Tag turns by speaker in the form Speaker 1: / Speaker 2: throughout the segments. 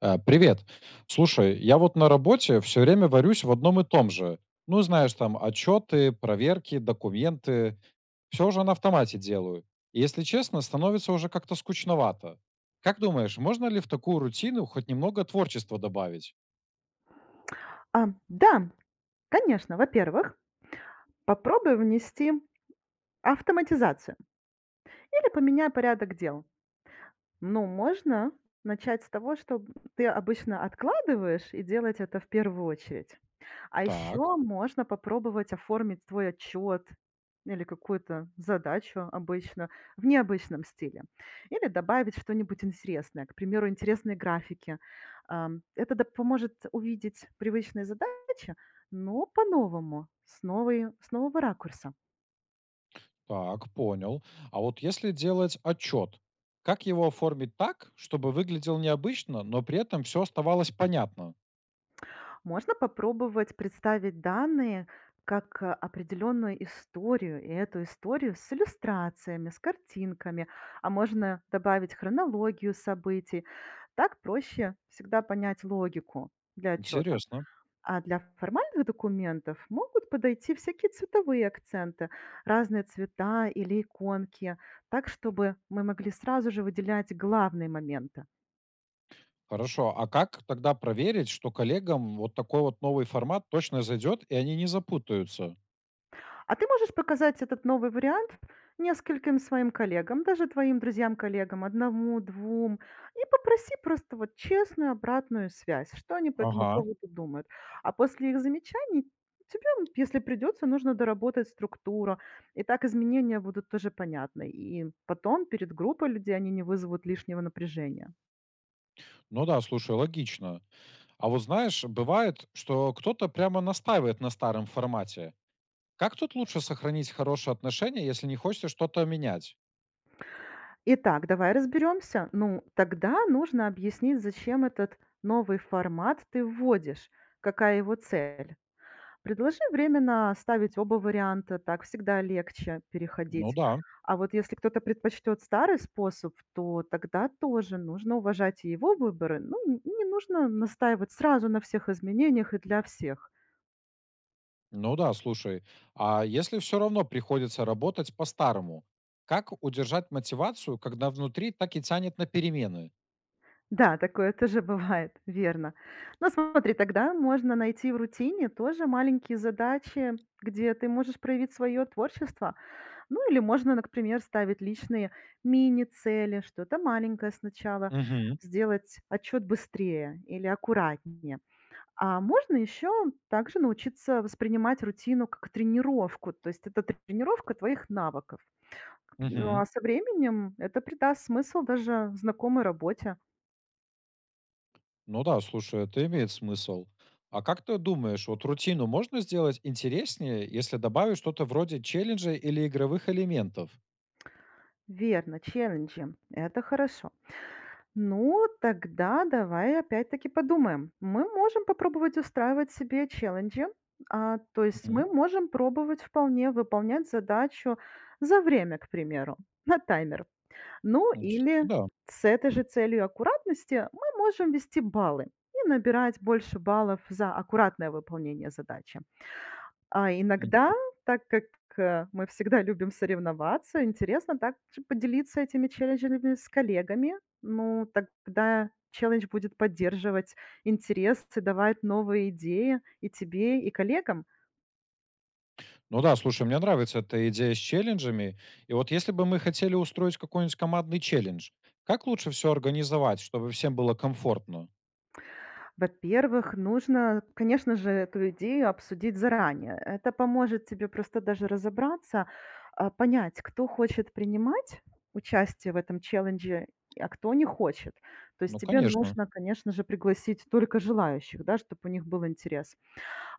Speaker 1: Привет. Слушай, я вот на работе все время варюсь в одном и том же. Ну, знаешь, там отчеты, проверки, документы. Все уже на автомате делаю. И, если честно, становится уже как-то скучновато. Как думаешь, можно ли в такую рутину хоть немного творчества добавить?
Speaker 2: А, да, конечно. Во-первых, попробуй внести автоматизацию или поменяй порядок дел. Ну, можно начать с того, что ты обычно откладываешь, и делать это в первую очередь. А
Speaker 1: Так,
Speaker 2: еще можно попробовать оформить свой отчет или какую-то задачу обычно в необычном стиле. Или добавить что-нибудь интересное, к примеру, интересные графики. Поможет увидеть привычные задачи, но по-новому, с нового ракурса.
Speaker 1: так, понял. А вот если делать отчет, как его оформить так, чтобы выглядел необычно, но при этом все оставалось понятно?
Speaker 2: Можно попробовать представить данные как определенную историю, и эту историю с иллюстрациями, с картинками, а можно добавить хронологию событий. Так проще всегда понять логику для отчета.
Speaker 1: Интересно.
Speaker 2: А для формальных документов могут подойти всякие цветовые акценты, разные цвета или иконки, так, чтобы мы могли сразу же выделять главные моменты.
Speaker 1: Хорошо. А как тогда проверить, что коллегам вот такой вот новый формат точно зайдет, и они не запутаются?
Speaker 2: А ты можешь показать этот новый вариант нескольким своим коллегам, даже твоим друзьям-коллегам, одному, двум, и попроси просто вот честную обратную связь, что они по этому
Speaker 1: Ага.
Speaker 2: поводу думают. А после их замечаний тебе, если придется, нужно доработать структуру. И так изменения будут тоже понятны. И потом перед группой людей они не вызовут лишнего напряжения.
Speaker 1: Ну да, слушай, логично. А вот знаешь, бывает, что кто-то прямо настаивает на старом формате. Как тут лучше сохранить хорошие отношения, если не хочется что-то менять?
Speaker 2: Итак, давай разберемся. Ну, тогда нужно объяснить, зачем этот новый формат ты вводишь, какая его цель. Предложи временно ставить оба варианта, так всегда легче
Speaker 1: Ну
Speaker 2: переходить.
Speaker 1: да.
Speaker 2: А вот если кто-то предпочтет старый способ, то тогда тоже нужно уважать и его выборы. Ну, не нужно настаивать сразу на всех изменениях и для всех.
Speaker 1: Ну да, слушай. А если все равно приходится работать по-старому, как удержать мотивацию, когда внутри так и тянет на перемены?
Speaker 2: Да, такое тоже бывает, верно. Но смотри, тогда можно найти в рутине тоже маленькие задачи, где ты можешь проявить свое творчество. Ну или можно, например, ставить личные мини-цели, что-то маленькое сначала,
Speaker 1: Угу.
Speaker 2: сделать отчет быстрее или аккуратнее. А можно еще также научиться воспринимать рутину как тренировку, то есть это тренировка твоих навыков. Ну
Speaker 1: Угу.
Speaker 2: а со временем это придаст смысл даже знакомой работе.
Speaker 1: Ну да, слушай, это имеет смысл. А как ты думаешь, вот рутину можно сделать интереснее, если добавить что-то вроде челленджей или игровых элементов?
Speaker 2: Верно, челленджи. Это хорошо. Ну, тогда давай опять-таки подумаем. Мы можем попробовать устраивать себе челленджи. А, то есть
Speaker 1: Мгм.
Speaker 2: мы можем пробовать вполне выполнять задачу за время, к примеру, на таймер. Ну
Speaker 1: Ну, кстати,
Speaker 2: или
Speaker 1: да.
Speaker 2: с этой же целью аккуратности мы можем вести баллы и набирать больше баллов за аккуратное выполнение задачи. А иногда,
Speaker 1: М.
Speaker 2: так как, мы всегда любим соревноваться, интересно также поделиться этими челленджами с коллегами. Ну, тогда челлендж будет поддерживать интерес и давать новые идеи и тебе, и коллегам.
Speaker 1: Ну да, слушай, мне нравится эта идея с челленджами. И вот если бы мы хотели устроить какой-нибудь командный челлендж, как лучше все организовать, чтобы всем было комфортно?
Speaker 2: Во-первых, нужно, конечно же, эту идею обсудить заранее. Это поможет тебе просто даже разобраться, а, понять, кто хочет принимать участие в этом челлендже, а кто не хочет. То есть
Speaker 1: Ну,
Speaker 2: тебе
Speaker 1: конечно.
Speaker 2: нужно, конечно же, пригласить только желающих, да, чтобы у них был интерес.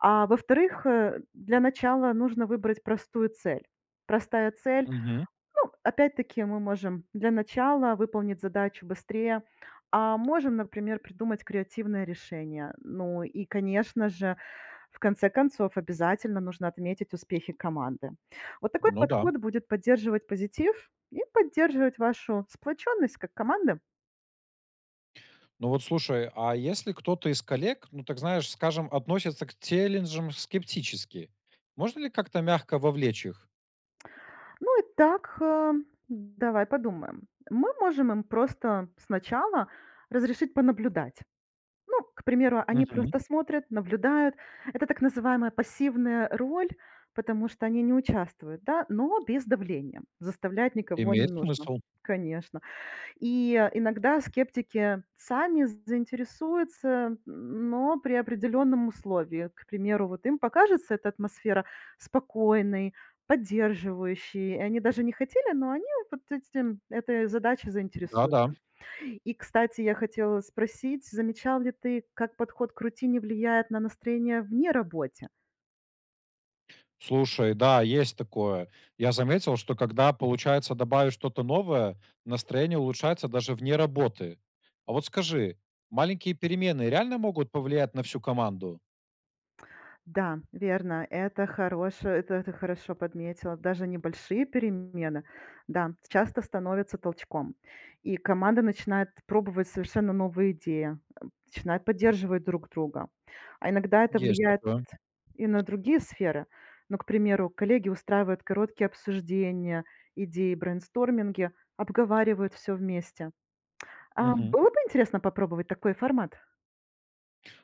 Speaker 2: А во-вторых, для начала нужно выбрать простую цель. Простая цель,
Speaker 1: Мгм.
Speaker 2: ну, опять-таки, мы можем для начала выполнить задачу быстрее, а можем, например, придумать креативное решение. Ну и, конечно же, в конце концов, обязательно нужно отметить успехи команды. Вот такой
Speaker 1: Ну да.
Speaker 2: подход будет поддерживать позитив и поддерживать вашу сплоченность как команды.
Speaker 1: Ну вот слушай, а если кто-то из коллег, ну так знаешь, скажем, относится к челленджам скептически, можно ли как-то мягко вовлечь их?
Speaker 2: Ну и так, давай подумаем. Мы можем им просто сначала разрешить понаблюдать. Ну, к примеру, они
Speaker 1: Мгм.
Speaker 2: просто смотрят, наблюдают. Это так называемая пассивная роль, потому что они не участвуют, да, но без давления. Заставлять никого не
Speaker 1: Имеет
Speaker 2: нужно.
Speaker 1: смысл.
Speaker 2: Конечно. И иногда скептики сами заинтересуются, но при определенном условии. К примеру, вот им покажется эта атмосфера спокойной, поддерживающей. И они даже не хотели, но они этой задачей
Speaker 1: Да-да.
Speaker 2: заинтересуются. И, кстати, я хотела спросить, замечал ли ты, как подход к рутине влияет на настроение вне работе?
Speaker 1: Слушай, да, есть такое. Я заметил, что когда, получается, добавишь что-то новое, настроение улучшается даже вне работы. А вот скажи, маленькие перемены реально могут повлиять на всю команду?
Speaker 2: Да, верно, это хорошее, это ты хорошо подметила. Даже небольшие перемены, да, часто становятся толчком. И команда начинает пробовать совершенно новые идеи, начинает поддерживать друг друга. А иногда это
Speaker 1: Есть
Speaker 2: влияет
Speaker 1: такое.
Speaker 2: и на другие сферы. Ну, к примеру, коллеги устраивают короткие обсуждения, идеи, брейнсторминги, обговаривают все вместе. А,
Speaker 1: Мгм.
Speaker 2: было бы интересно попробовать такой формат.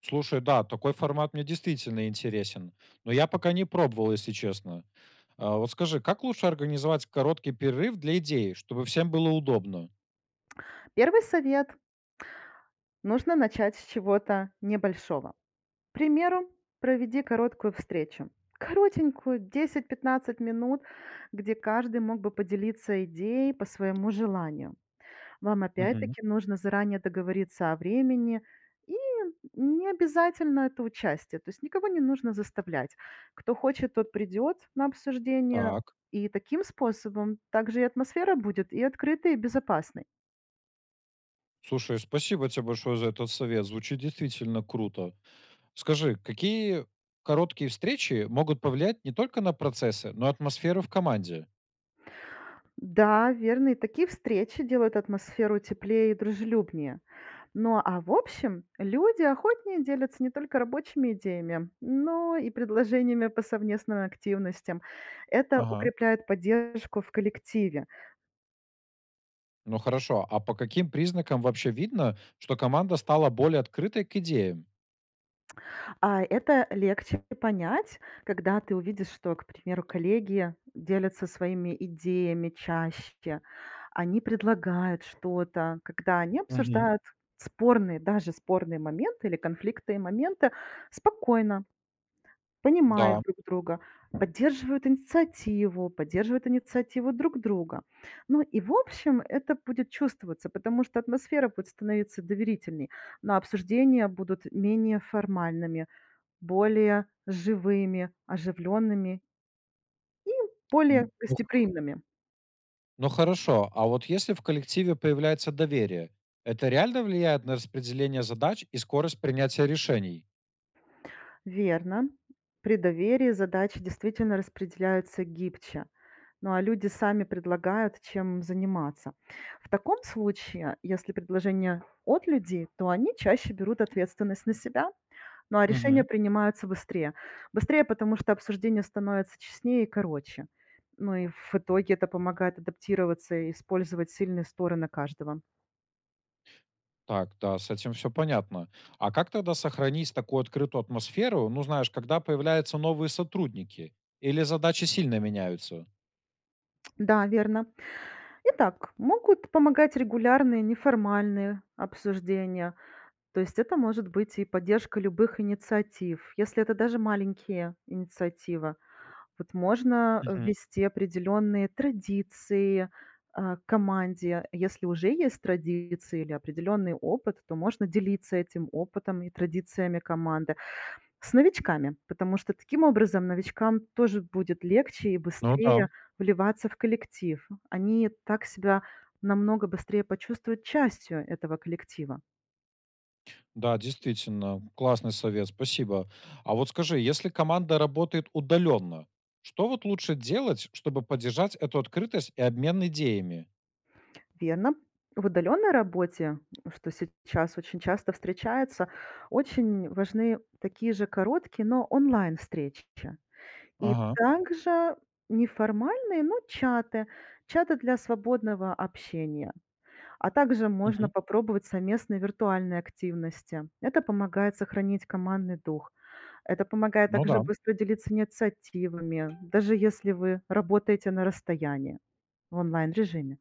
Speaker 1: Слушай, да, такой формат мне действительно интересен, но я пока не пробовал, если честно. А, вот скажи, как лучше организовать короткий перерыв для идеи, чтобы всем было удобно?
Speaker 2: Первый совет. Нужно начать с чего-то небольшого. К примеру, проведи короткую встречу. Коротенькую, 10-15 минут, где каждый мог бы поделиться идеей по своему желанию. Вам
Speaker 1: Мгм.
Speaker 2: опять-таки нужно заранее договориться о времени, и не обязательно это участие, то есть никого не нужно заставлять. Кто хочет, тот придет на обсуждение,
Speaker 1: Так.
Speaker 2: и таким способом также и атмосфера будет и открытой, и безопасной.
Speaker 1: Слушай, спасибо тебе большое за этот совет. Звучит действительно круто. Скажи, какие короткие встречи могут повлиять не только на процессы, но и атмосферу в команде?
Speaker 2: Да, верно, и такие встречи делают атмосферу теплее и дружелюбнее. Ну а в общем, люди охотнее делятся не только рабочими идеями, но и предложениями по совместным активностям. Это
Speaker 1: Ага.
Speaker 2: укрепляет поддержку в коллективе.
Speaker 1: Ну хорошо, а по каким признакам вообще видно, что команда стала более открытой к идеям?
Speaker 2: А это легче понять, когда ты увидишь, что, к примеру, коллеги делятся своими идеями чаще, они предлагают что-то, когда они
Speaker 1: Мгм.
Speaker 2: обсуждают спорные, даже спорные моменты или конфликтные моменты спокойно, понимают
Speaker 1: Да.
Speaker 2: друг друга, поддерживают инициативу друг друга. Ну и в общем это будет чувствоваться, потому что атмосфера будет становиться доверительней, но обсуждения будут менее формальными, более живыми, оживленными и
Speaker 1: М,
Speaker 2: более
Speaker 1: ну,
Speaker 2: гостеприимными.
Speaker 1: ну хорошо, а вот если в коллективе появляется доверие, это реально влияет на распределение задач и скорость принятия решений?
Speaker 2: Верно. При доверии задачи действительно распределяются гибче. Ну, а люди сами предлагают, чем заниматься. В таком случае, если предложение от людей, то они чаще берут ответственность на себя, ну а решения
Speaker 1: Мгм.
Speaker 2: принимаются быстрее. Быстрее, потому что обсуждение становится честнее и короче. Ну и в итоге это помогает адаптироваться и использовать сильные стороны каждого.
Speaker 1: Так, да, с этим все понятно. А как тогда сохранить такую открытую атмосферу, ну знаешь, когда появляются новые сотрудники? Или задачи сильно меняются?
Speaker 2: Да, верно. Итак, могут помогать регулярные неформальные обсуждения. То есть это может быть и поддержка любых инициатив, если это даже маленькие инициативы. Вот можно
Speaker 1: Мгм.
Speaker 2: ввести определенные традиции к команде. Если уже есть традиции или определенный опыт, то можно делиться этим опытом и традициями команды. С новичками, потому что таким образом новичкам тоже будет легче и
Speaker 1: Ну да,
Speaker 2: быстрее вливаться в коллектив. Они так себя намного быстрее почувствуют частью этого коллектива.
Speaker 1: да, действительно, классный совет, спасибо. А вот скажи, если команда работает удаленно, что вот лучше делать, чтобы поддержать эту открытость и обмен идеями?
Speaker 2: Верно. В удаленной работе, что сейчас очень часто встречается, очень важны такие же короткие, но онлайн-встречи. И
Speaker 1: Ага.
Speaker 2: также неформальные, но чаты, чаты для свободного общения. А также можно попробовать совместные виртуальные активности. Это помогает сохранить командный дух. Это помогает
Speaker 1: Ну
Speaker 2: также
Speaker 1: да,
Speaker 2: быстро делиться инициативами, даже если вы работаете на расстоянии в онлайн-режиме.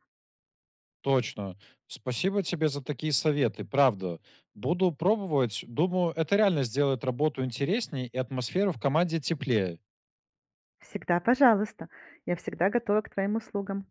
Speaker 1: точно. Спасибо тебе за такие советы, правда. Буду пробовать. Думаю, это реально сделает работу интереснее и атмосферу в команде теплее.
Speaker 2: Всегда пожалуйста. Я всегда готова к твоим услугам.